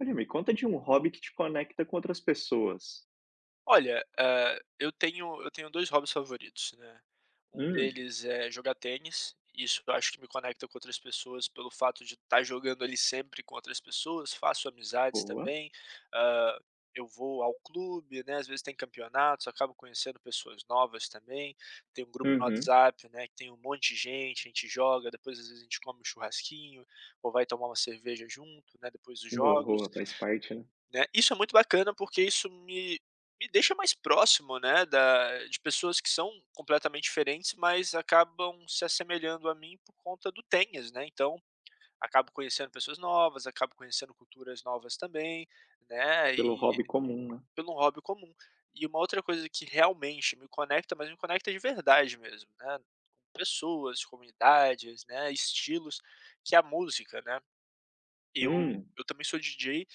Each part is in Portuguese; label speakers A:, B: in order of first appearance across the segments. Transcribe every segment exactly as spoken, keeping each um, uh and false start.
A: Olha, me conta de um hobby que te conecta com outras pessoas.
B: Olha, hã, eu tenho eu tenho dois hobbies favoritos, né. Um
A: Hum,
B: deles é jogar tênis, isso eu acho que me conecta com outras pessoas pelo fato de estar jogando ali sempre com outras pessoas, faço amizades
A: boa.
B: também, hã, eu vou ao clube, né, às vezes tem campeonatos, acabo conhecendo pessoas novas também, tem um grupo no
A: Uhum.
B: WhatsApp, né, que tem um monte de gente, a gente joga, depois às vezes a gente come um churrasquinho, ou vai tomar uma cerveja junto, né, depois dos jogos.
A: Boa, faz parte, né?
B: Né, isso é muito bacana, porque isso me me deixa mais próximo, né, da de pessoas que são completamente diferentes, mas acabam se assemelhando a mim por conta do tênis, né, então, acabo conhecendo pessoas novas, acabo conhecendo culturas novas também, né,
A: Pelo
B: e
A: hobby comum, né?
B: pelo hobby comum. E uma outra coisa que realmente me conecta, mas me conecta de verdade mesmo, né, com pessoas, comunidades, né, estilos, que é a música, né. Eu
A: Hum,
B: eu também sou D J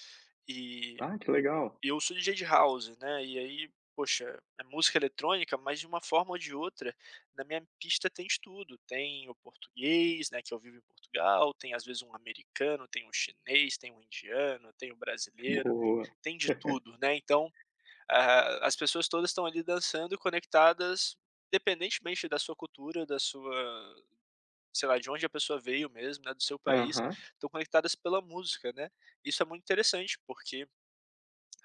B: e
A: ah, que legal.
B: eu sou D J de house, né, e aí, poxa, é música eletrônica, mas de uma forma ou de outra, na minha pista tem de tudo, tem o português, né, que eu vivo em Portugal, tem às vezes um americano, tem um chinês, tem um indiano, tem um brasileiro,
A: Boa.
B: tem de tudo, né, então, ah, as pessoas todas estão ali dançando e conectadas, independentemente da sua cultura, da sua sei lá, de onde a pessoa veio mesmo, né, do seu país,
A: Aham.
B: estão conectadas pela música, né. Isso é muito interessante, porque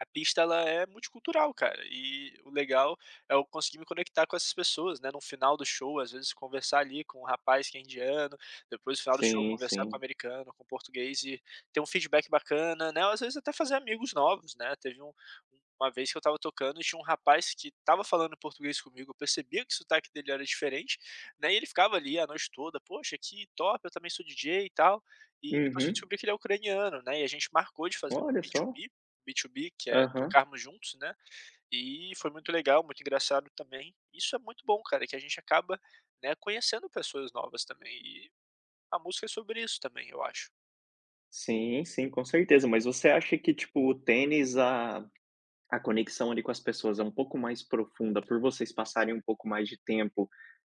B: a pista ela é multicultural, cara, e o legal é eu conseguir me conectar com essas pessoas, né, no final do show, às vezes, conversar ali com um rapaz que é indiano, depois no final do show
A: Sim,
B: conversar com um
A: sim.
B: americano, com um português e ter um feedback bacana, né, às vezes até fazer amigos novos, né. Teve um uma vez que eu estava tocando e tinha um rapaz que estava falando português comigo, eu percebia que o sotaque dele era diferente, né, e ele ficava ali a noite toda: "Poxa, que top, eu também sou D J e tal", e depois eu
A: Uhum.
B: descobri que ele é ucraniano, né, e a gente marcou de fazer um
A: Olha só.
B: B dois B B dois B, que é
A: Aham.
B: tocarmos juntos, né, e foi muito legal, muito engraçado também. Isso é muito bom, cara, que a gente acaba, né, conhecendo pessoas novas também, e a música é sobre isso também, eu acho.
A: Sim, sim, com certeza. Mas você acha que, tipo, o tênis, a A conexão ali com as pessoas é um pouco mais profunda por vocês passarem um pouco mais de tempo,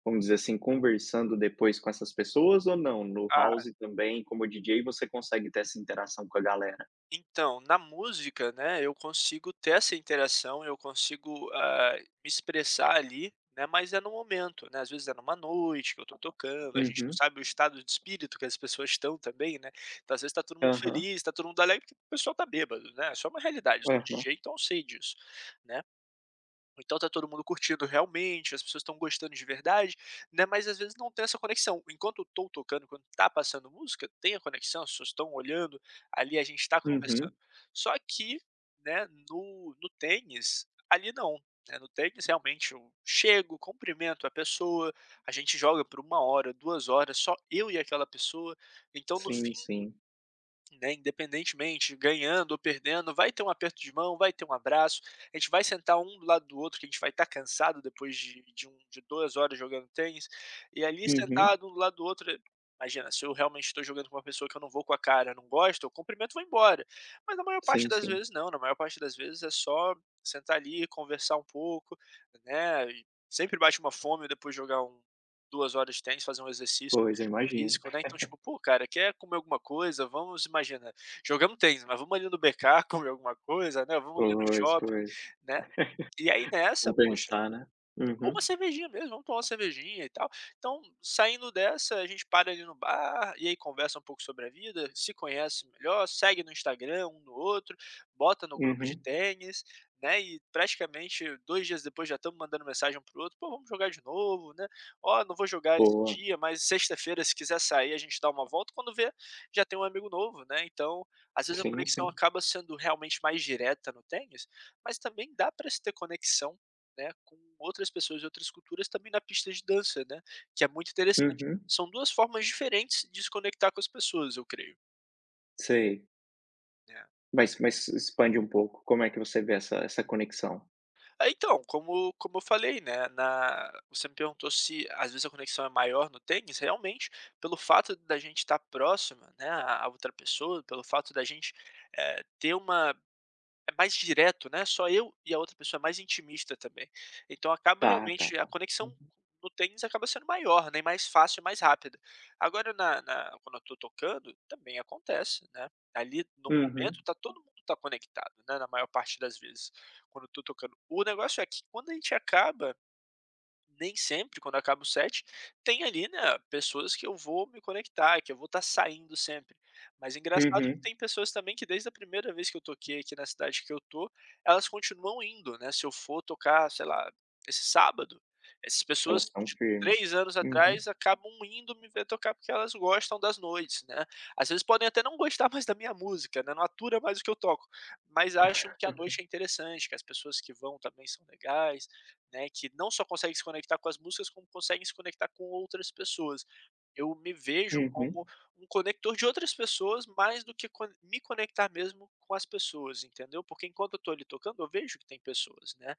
A: vamos dizer assim, conversando depois com essas pessoas ou não? No
B: Ah
A: house também, como D J, você consegue ter essa interação com a galera?
B: Então, na música, né, eu consigo ter essa interação, eu consigo, ah, me expressar ali, né, mas é no momento, né, às vezes é numa noite que eu tô tocando, a gente não
A: Uhum,
B: sabe o estado de espírito que as pessoas estão também, né, então às vezes tá todo mundo
A: aham,
B: feliz, tá todo mundo alegre porque o pessoal tá bêbado, né, isso é uma realidade, eu sou
A: aham,
B: D J, então eu sei disso, né. Então tá todo mundo curtindo realmente, as pessoas estão gostando de verdade, né, mas às vezes não tem essa conexão. Enquanto eu tô tocando, quando tá passando música, tem a conexão, as pessoas estão olhando, ali a gente tá
A: uhum,
B: conversando. Só que, né, no no tênis, ali não, né, no tênis realmente eu chego, cumprimento a pessoa, a gente joga por uma hora, duas horas, só eu e aquela pessoa, então no fim
A: sim, sim.
B: né, independentemente, ganhando ou perdendo, vai ter um aperto de mão, vai ter um abraço, a gente vai sentar um do lado do outro, que a gente vai estar cansado depois de de um de duas horas jogando tênis, e ali
A: Uhum,
B: sentado um do lado do outro imagina, se eu realmente estou jogando com uma pessoa que eu não vou com a cara, não gosto, eu cumprimento e vou embora. Mas na maior parte
A: sim,
B: das
A: sim.
B: vezes não, na maior parte das vezes é só sentar ali, conversar um pouco, né, e sempre bate uma fome depois de jogar um duas horas de tênis, fazer um exercício
A: Pois, eu imagino.
B: físico, né, então, tipo: "Pô, cara, quer comer alguma coisa? Vamos" imaginar, jogamos tênis, mas vamos ali no B K comer alguma coisa, né, vamos ali no
A: Pois,
B: shopping,
A: pois.
B: né. E aí nessa, poxa
A: Compensar, né?
B: ou uma
A: Uhum,
B: cervejinha mesmo, vamos tomar uma cervejinha e tal. Então, saindo dessa, a gente para ali no bar e aí conversa um pouco sobre a vida, se conhece melhor, segue no Instagram um no outro, bota no grupo de
A: uhum.
B: tênis, né? E praticamente dois dias depois já estamos mandando mensagem um para o outro: "Pô, vamos jogar de novo, né? Ó, não vou jogar esse
A: Boa.
B: dia, mas sexta-feira, se quiser sair, a gente dá uma volta". Quando vê, já tem um amigo novo, né. Então, às vezes a
A: Sim,
B: conexão
A: sim.
B: acaba sendo realmente mais direta no tênis, mas também dá para se ter conexão né, com outras pessoas de outras culturas também na pista de dança, né, que é muito interessante.
A: Uhum,
B: São duas formas diferentes de se conectar com as pessoas, eu creio,
A: sei.
B: né.
A: Mas mas expande um pouco, como é que você vê essa essa conexão?
B: Ah, então, como como eu falei, né, na você me perguntou se às vezes a conexão é maior no tênis, realmente, pelo fato da gente estar próxima, né, à outra pessoa, pelo fato da gente, eh, ter uma É mais direto, né, só eu e a outra pessoa, é mais intimista também. Então acaba
A: Tá, tá,
B: realmente a
A: tá.
B: conexão no tênis acaba sendo maior, né, e mais fácil e mais rápida. Agora na na quando eu tô tocando, também acontece, né, ali no
A: Uhum,
B: momento tá todo mundo tá conectado, né, na maior parte das vezes, quando eu tô tocando. O negócio é que quando a gente acaba nem sempre, quando acaba o set, tem ali, né, pessoas que eu vou me conectar, que eu vou estar saindo sempre. Mas engraçado que
A: uhum.
B: tem pessoas também que desde a primeira vez que eu toquei aqui na cidade que eu tô, elas continuam indo, né, se eu for tocar, sei lá, esse sábado, essas pessoas
A: Elas estão
B: de
A: firmes.
B: três anos
A: Uhum,
B: atrás acabam indo me ver tocar porque elas gostam das noites, né. Às vezes podem até não gostar mais da minha música, né, não atura mais o que eu toco, mas acham que a noite é interessante, que as pessoas que vão também são legais né, que não só consegue se conectar com as músicas, como conseguem se conectar com outras pessoas. Eu me vejo
A: uhum,
B: como um conector de outras pessoas mais do que con me conectar mesmo com as pessoas, entendeu? Porque enquanto eu estou ali tocando, eu vejo que tem pessoas, né,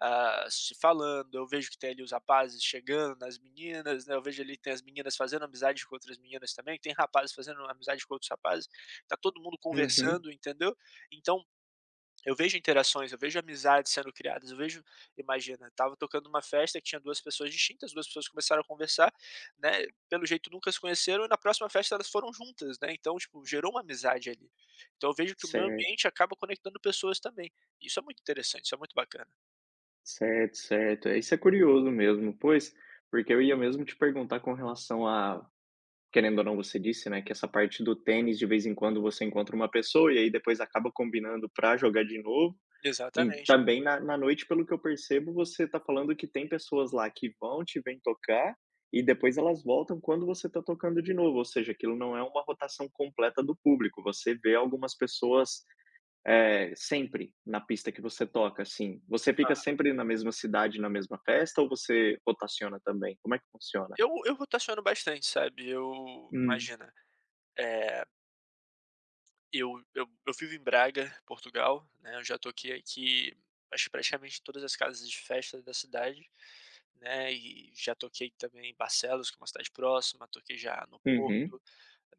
B: ah, se falando, eu vejo que tem ali os rapazes chegando, as meninas, né, eu vejo ali que tem as meninas fazendo amizade com outras meninas também, tem rapazes fazendo amizade com outros rapazes, tá todo mundo
A: uhum.
B: conversando, entendeu? Então eu vejo interações, eu vejo amizades sendo criadas, eu vejo imagina, tava tocando uma festa que tinha duas pessoas distintas, duas pessoas começaram a conversar, né, pelo jeito nunca se conheceram e na próxima festa elas foram juntas, né, então, tipo, gerou uma amizade ali. Então eu vejo que o meu
A: Certo,
B: ambiente acaba conectando pessoas também. Isso é muito interessante, isso é muito bacana.
A: certo, certo. É, isso é curioso mesmo, pois, porque eu ia mesmo te perguntar com relação a querendo ou não, você disse, né, que essa parte do tênis, de vez em quando, você encontra uma pessoa e aí depois acaba combinando pra jogar de novo. E
B: Exatamente.
A: também na na noite, pelo que eu percebo, você está falando que tem pessoas lá que vão te vêm tocar e depois elas voltam quando você está tocando de novo, ou seja, aquilo não é uma rotação completa do público, você vê algumas pessoas, eh, sempre na pista que você toca, assim. Você fica sempre na mesma cidade, na mesma festa ou você rotaciona também? Como é que funciona?
B: Eu eu rotaciono bastante, sabe, eu
A: Hum.
B: imagina, eh Eu eu eu vivo em Braga, Portugal, né, eu já toquei aqui, acho que praticamente todas as casas de festa da cidade, né, e já toquei também em Barcelos, que é uma cidade próxima, toquei já no
A: Uhum.
B: Porto.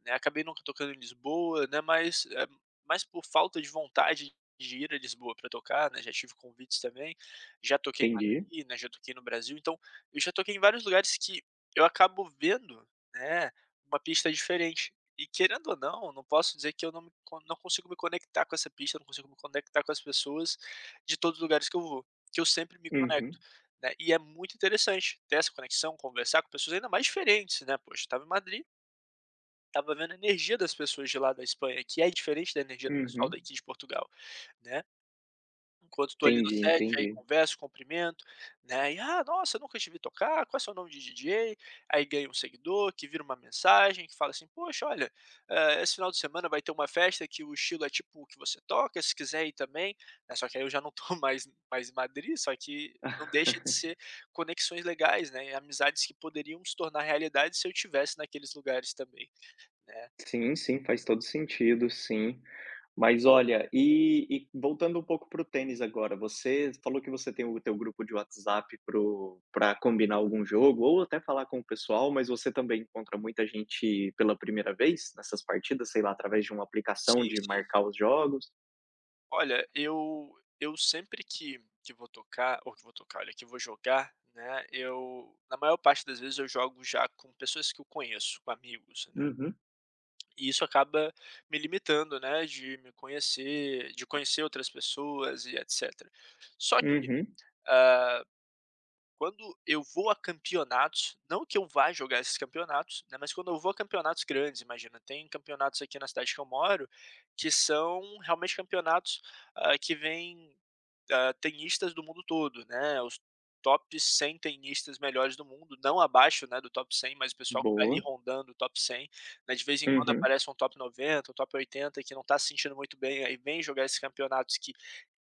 B: Né, acabei nunca tocando em Lisboa, né, mas, eh, mais por falta de vontade de ir a Lisboa para tocar, né, já tive convites também, já toquei em
A: Entendi.
B: Madrid, né, já toquei no Brasil, então eu já toquei em vários lugares que eu acabo vendo, né, uma pista diferente. E querendo ou não, não posso dizer que eu não me co não consigo me conectar com essa pista, não consigo me conectar com as pessoas de todos os lugares que eu vou, que eu sempre me conecto,
A: Uhum,
B: né. E é muito interessante ter essa conexão, conversar com pessoas ainda mais diferentes, né, poxa, eu estava em Madrid estava vendo a energia das pessoas de lá da Espanha, que é diferente da energia do pessoal
A: uhum.
B: daqui de Portugal, né. Enquanto estou ali no
A: Entendi,
B: set, aí
A: entendi.
B: converso, cumprimento, né, e: "Ah, nossa, nunca te vi tocar, qual é seu nome de D J?". Aí ganha um seguidor, que vira uma mensagem, que fala assim: "Poxa, olha, eh, esse final de semana vai ter uma festa que o estilo é tipo o que você toca, se quiser ir também", né, só que aí eu já não estou mais mais em Madrid, só que não deixa de ser conexões legais, né, e amizades que poderiam se tornar realidade se eu estivesse naqueles lugares também, né.
A: Sim, sim, faz todo sentido, sim. Mas olha, e e voltando um pouco para o tênis agora, você falou que você tem o teu grupo de WhatsApp para para combinar algum jogo ou até falar com o pessoal, mas você também encontra muita gente pela primeira vez nessas partidas, sei lá, através de uma aplicação
B: Sim,
A: de
B: sim,
A: marcar
B: sim.
A: os jogos?
B: Olha, eu eu sempre que que vou tocar ou que vou tocar, olha, que vou jogar, né, eu na maior parte das vezes eu jogo já com pessoas que eu conheço, com amigos, né.
A: Uhum,
B: E isso acaba me limitando, né, de me conhecer, de conhecer outras pessoas e etcétera. Só que,
A: uhum,
B: ah, Quando eu vou a campeonatos, não que eu vá jogar esses campeonatos, né, mas quando eu vou a campeonatos grandes, imagina, tem campeonatos aqui na cidade que eu moro, que são realmente campeonatos, ah, que vêm ah, tenistas do mundo todo, né, os top cem tenistas melhores do mundo, não abaixo, né, do top cem, mas o pessoal que está ali
A: boa.
B: rondando o top cem, né, de vez em quando
A: Uhum,
B: aparece um top noventa, um top oitenta que não está se sentindo muito bem, aí vem jogar esses campeonatos que,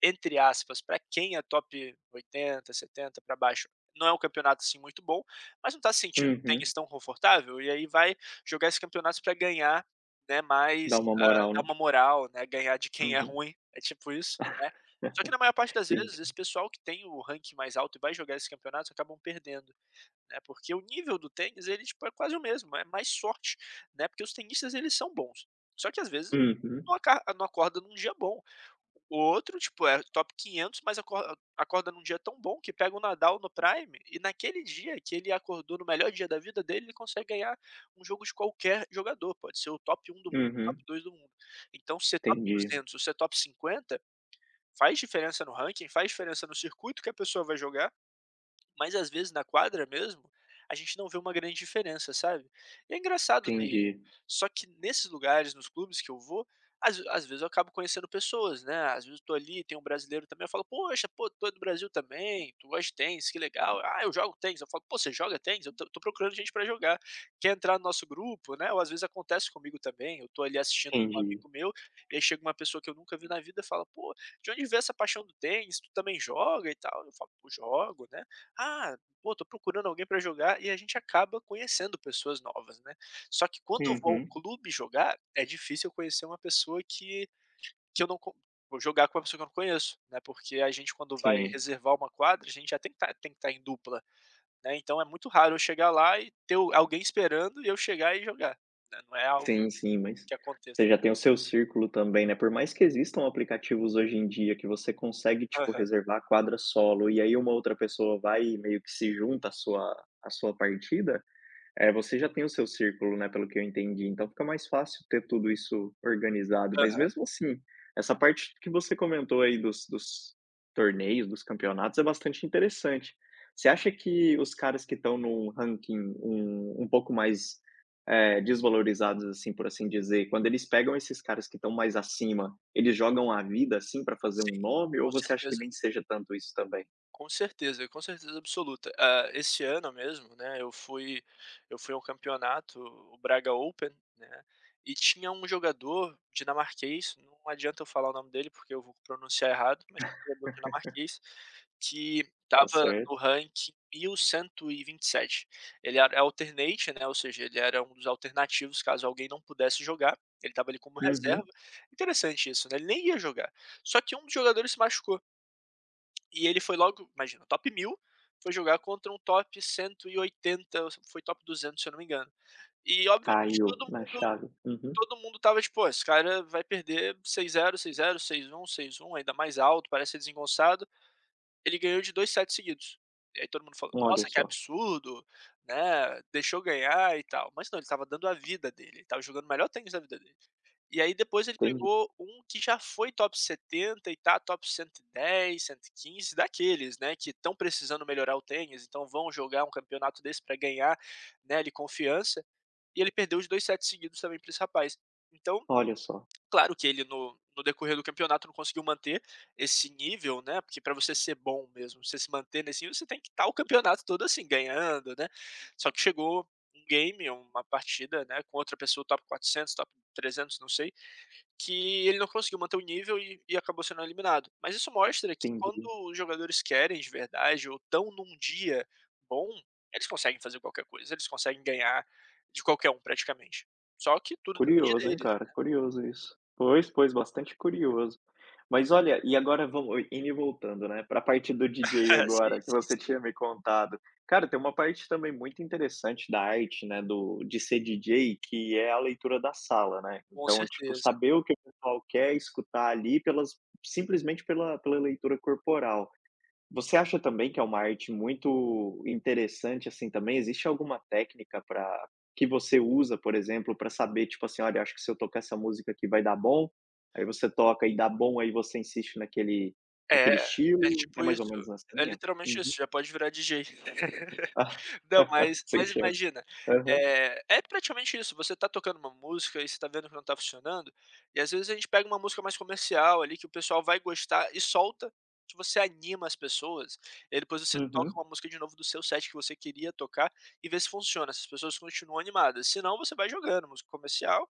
B: entre aspas, para quem é top oitenta, setenta para baixo, não é um campeonato, assim, muito bom, mas não está se sentindo o
A: uhum.
B: tênis tão confortável, e aí vai jogar esses campeonatos para ganhar, né,
A: Dá
B: mais,
A: uma
B: ah,
A: moral,
B: dar
A: né?
B: uma moral, né, ganhar de quem é
A: Uhum,
B: ruim, é tipo isso, né. Só que na maior parte das vezes,
A: entendi.
B: esse pessoal que tem o ranking mais alto e vai jogar esses campeonatos acabam perdendo, né, porque o nível do tênis ele, tipo, é quase o mesmo, é mais sorte, né, porque os tenistas eles são bons. Só que às vezes não
A: Uhum,
B: aca não acorda num dia bom. O outro, tipo, é top quinhentos, mas acorda acorda num dia tão bom que pega o Nadal no prime, e naquele dia que ele acordou no melhor dia da vida dele, ele consegue ganhar um jogo de qualquer jogador, pode ser o top um do mundo, o
A: uhum.
B: top dois do mundo. Então ser top
A: Entendi,
B: duzentos ou ser top cinquenta faz diferença no ranking, faz diferença no circuito que a pessoa vai jogar. Mas às vezes na quadra mesmo, a gente não vê uma grande diferença, sabe. E é engraçado ver isso.
A: entendi,
B: Só que nesses lugares, nos clubes que eu vou, às às vezes eu acabo conhecendo pessoas, né, às vezes eu tô ali, tem um brasileiro também, eu falo: "Poxa, pô, tu é do Brasil também, tu gosta de tênis, que legal". "Ah, eu jogo tênis", eu falo: "Pô, você joga tênis? Eu tô tô procurando gente pra jogar. Quer entrar no nosso grupo?", né, ou às vezes acontece comigo também, eu tô ali assistindo com um
A: entendi.
B: amigo meu, e aí chega uma pessoa que eu nunca vi na vida e fala: "Pô, de onde veio essa paixão do tênis? Tu também joga e tal?". Eu falo: "Pô, jogo, né". "Ah, pô, tô procurando alguém pra jogar", e a gente acaba conhecendo pessoas novas, né. Só que quando eu vou ao
A: Uhum,
B: clube jogar, é difícil eu conhecer uma pessoa que que eu não con vou jogar com uma pessoa que eu não conheço, né, porque a gente quando vai
A: sim.
B: reservar uma quadra, a gente já tem que tá tem que estar em dupla, né, então é muito raro eu chegar lá e ter o alguém esperando e eu chegar e jogar, né, não é algo
A: Sim, sim, mas
B: que aconteça.
A: você já tem o seu círculo também, né, por mais que existam aplicativos hoje em dia que você consegue, tipo,
B: Aham,
A: reservar quadra solo, e aí uma outra pessoa vai e meio que se junta à sua à sua partida, é, você já tem o seu círculo, né, pelo que eu entendi, então fica mais fácil ter tudo isso organizado. Mas
B: aham,
A: mesmo assim, essa parte que você comentou aí dos dos torneios, dos campeonatos, é bastante interessante. Você acha que os caras que estão num ranking um um pouco mais, eh, desvalorizados, assim, por assim dizer, quando eles pegam esses caras que estão mais acima, eles jogam a vida, assim, para fazer um
B: sim,
A: nome
B: com
A: ou você acha que
B: certeza.
A: nem seja tanto isso também?
B: Com certeza, com certeza absoluta. Ah, esse ano mesmo, né, eu fui eu fui a um campeonato, o Braga Open, né, e tinha um jogador dinamarquês, não adianta eu falar o nome dele, porque eu vou pronunciar errado, mas tinha um jogador dinamarquês que
A: Tá
B: estava no
A: certo.
B: ranking mil cento e vinte e sete. Ele era alternate, né, ou seja, ele era um dos alternativos caso alguém não pudesse jogar, ele estava ali como reserva.
A: Uhum.
B: Interessante isso, né, ele nem ia jogar. Só que um dos jogadores se machucou. E ele foi logo, imagina, top mil, foi jogar contra um top cento e oitenta ou foi top duzentos, se eu não me engano. E obviamente
A: Caiu
B: todo
A: na
B: mundo
A: chave. Uhum.
B: todo mundo tava tipo: "Pô, esse cara vai perder seis zero, seis zero, seis um, seis um", ainda mais alto, parece ser desengonçado. Ele ganhou de dois sets seguidos. E aí todo mundo falou:
A: Olha
B: "Nossa, que
A: só,
B: absurdo, né, deixou ganhar e tal". Mas não, ele estava dando a vida dele, ele estava jogando o melhor tênis da vida dele. E aí depois ele
A: entendi.
B: pegou um que já foi top setenta e tá top cento cento e dez, cento e quinze, daqueles, né, que estão precisando melhorar o tênis, então vão jogar um campeonato desse para ganhar, né, ali confiança, e ele perdeu os dois sets seguidos também para esse rapaz. Então,
A: Olha só,
B: claro que ele no no decorrer do campeonato não conseguiu manter esse nível, né, porque para você ser bom mesmo, você se manter nesse nível, você tem que estar o campeonato todo assim, ganhando, né. Só que chegou um game, uma partida, né, com outra pessoa top quatrocentos, top trezentos, não sei, que ele não conseguiu manter o nível e e acabou sendo eliminado. Mas isso mostra que quando
A: entendi.
B: os jogadores querem de verdade ou estão num dia bom, eles conseguem fazer qualquer coisa, eles conseguem ganhar de qualquer um praticamente. Só que tudo depende
A: Curioso, hein,
B: deles.
A: cara, curioso isso. Pois, pois, bastante curioso. Mas olha, e agora vamos indo e voltando, né, para a parte do D J
B: Sim,
A: agora, que
B: sim,
A: você
B: sim,
A: tinha me contado. Cara, tem uma parte também muito interessante da arte, né, do de ser D J, que é a leitura da sala, né.
B: com
A: Então, tipo,
B: certeza.
A: saber o que o pessoal quer escutar ali pelas simplesmente pela pela leitura corporal. Você acha também que é uma arte muito interessante, assim, também? Existe alguma técnica para que você usa, por exemplo, para saber, tipo assim: "Olha, acho que se eu tocar essa música aqui vai dar bom", aí você toca e dá bom, aí você insiste naquele
B: É,
A: naquele
B: é
A: estilo? É
B: tipo
A: mais ou
B: isso.
A: menos nessa
B: É
A: linha?
B: literalmente
A: Uhum.
B: isso, já pode virar D J.
A: Ah,
B: Não, mas
A: sem
B: mas
A: chance.
B: imagina,
A: Aham.
B: é é praticamente isso, você tá tocando uma música e você tá vendo que não tá funcionando, e às vezes a gente pega uma música mais comercial ali que o pessoal vai gostar e solta, que você anima as pessoas, e aí depois você toca
A: Uhum.
B: uma música de novo do seu set que você queria tocar e vê se funciona, se as pessoas continuam animadas, se não você vai jogando música comercial,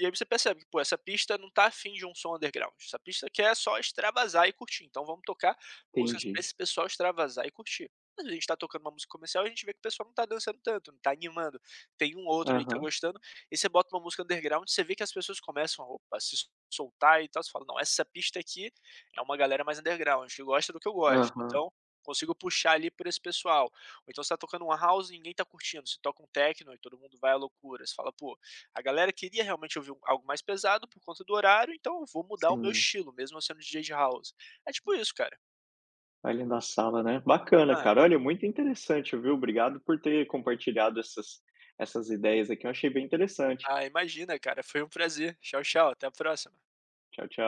B: e aí você percebe que, pô, essa pista não tá afim de um som underground, essa pista quer só extravasar e curtir, então vamos tocar músicas pra
A: Entendi.
B: esse pessoal extravasar e curtir. Mas a gente tá tocando uma música comercial, e a gente vê que o pessoal não tá dançando tanto, não tá animando, tem um ou outro aí que tá
A: Aham.
B: gostando, e você bota uma música underground, você vê que as pessoas começam a, opa, se soltar e tal, você fala: "Não, essa pista aqui é uma galera mais underground, que gosta do que eu gosto,
A: Aham.
B: então consigo puxar ali por esse pessoal". Ou então você tá tocando uma house e ninguém tá curtindo, você toca um techno e todo mundo vai à loucura, você fala: "Pô, a galera queria realmente ouvir um- algo mais pesado por conta do horário, então eu vou mudar o meu
A: Sim.
B: estilo, mesmo eu sendo D J de house". É tipo isso, cara.
A: Ali na sala, né. Bacana,
B: Ah,
A: cara. Olha, muito interessante, viu. Obrigado por ter compartilhado essas essas ideias aqui. Eu achei bem interessante.
B: ah, imagina, cara, foi um prazer. Tchau, tchau, até a próxima.
A: Tchau, tchau.